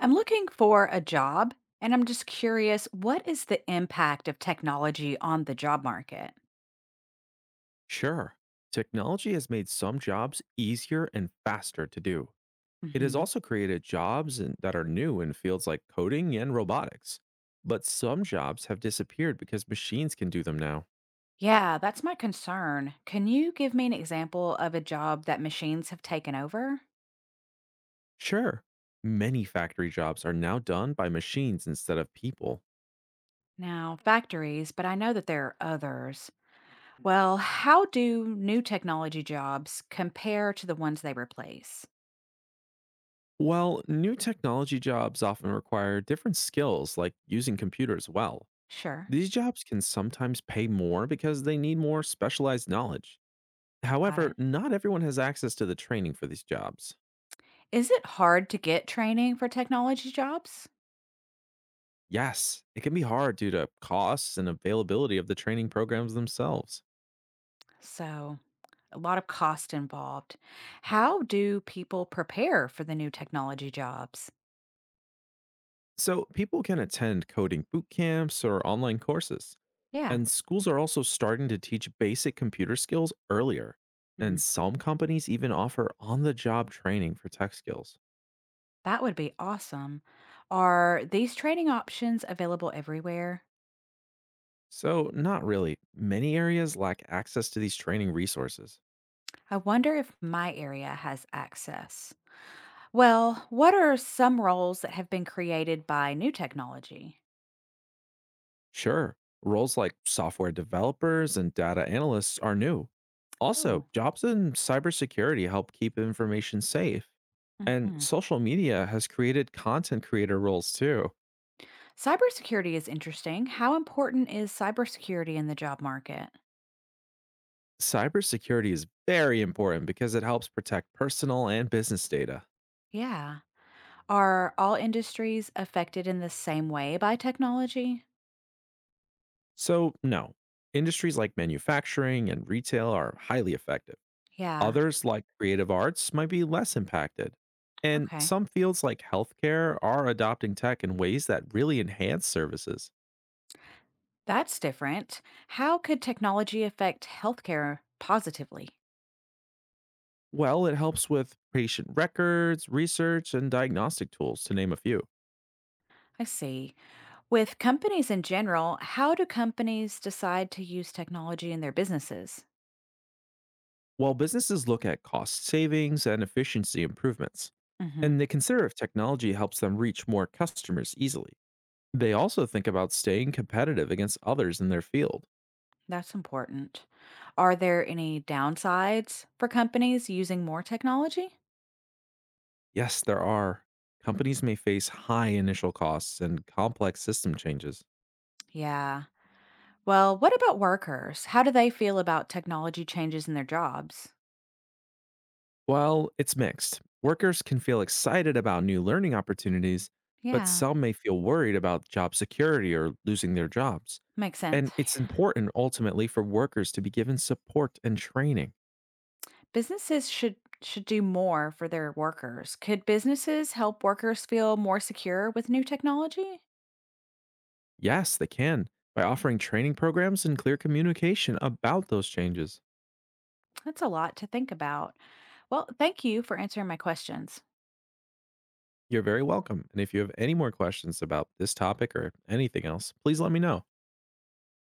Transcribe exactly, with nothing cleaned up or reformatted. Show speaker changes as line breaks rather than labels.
I'm looking for a job and I'm just curious, what is the impact of technology on the job market?
Sure. Technology has made some jobs easier and faster to do. It has
hmm
also created jobs in- that are new in fields like coding and robotics. But some jobs have disappeared because machines can do them now.
Yeah, that's my concern. Can you give me an example of a job that machines have taken over?
Sure. Many factory jobs are now done by machines instead of people.
Now, factories, but I know that there are others. Well, how do new technology jobs compare to the ones they replace?
While new technology jobs often require different skills like using computers well,
Sure,
these jobs can sometimes pay more because they need more specialized knowledge.
got
However,
it.
not everyone has access to the training for these jobs.
Is it hard to get training for technology jobs?
Yes, it can be hard due to costs and availability of the training programs themselves.
So, a lot of cost involved. How do people prepare for the new technology jobs?
So, people can attend coding boot camps or online courses.
Yeah.
And schools are also starting to teach basic computer skills earlier.
Hmm,
And some companies even offer on the job training for tech skills.
that would be awesome. Are these training options available everywhere?
So, not really. Many areas lack access to these training resources.
I wonder if my area has access. Well, what are some roles that have been created by new technology?
Sure, roles like software developers and data analysts are new. Also,
Oh,
jobs in cybersecurity help keep information safe. And
mhm.
social media has created content creator roles too.
Cybersecurity is interesting. How important is cybersecurity in the job market?
Cybersecurity is very important because it helps protect personal and business data.
Yeah. Are all industries affected in the same way by technology?
So, no, industries like manufacturing and retail are highly affected.
Yeah,
Others, like creative arts, might be less impacted. And
okay.
some fields like healthcare are adopting tech in ways that really enhance services.
That's different. How could technology affect healthcare positively?
Well, it helps with patient records, research, and diagnostic tools, to name a few.
I see. With companies in general, how do companies decide to use technology in their businesses?
While businesses look at cost savings and efficiency improvements,
Hmm.
and they consider if technology helps them reach more customers easily. They also think about staying competitive against others in their field.
That's important. Are there any downsides for companies using more technology?
Yes, there are. Companies may face high initial costs and complex system changes.
Yeah. Well, what about workers? How do they feel about technology changes in their jobs?
While it's mixed, workers can feel excited about new learning opportunities, but
Yeah,
some may feel worried about job security or losing their jobs.
makes sense.
And it's important ultimately for workers to be given support and training.
Businesses should should do more for their workers. Could businesses help workers feel more secure with new technology?
Yes, they can by offering training programs and clear communication about those changes.
That's a lot to think about. Well, thank you for answering my questions.
You're very welcome. And if you have any more questions about this topic or anything else, please let me know.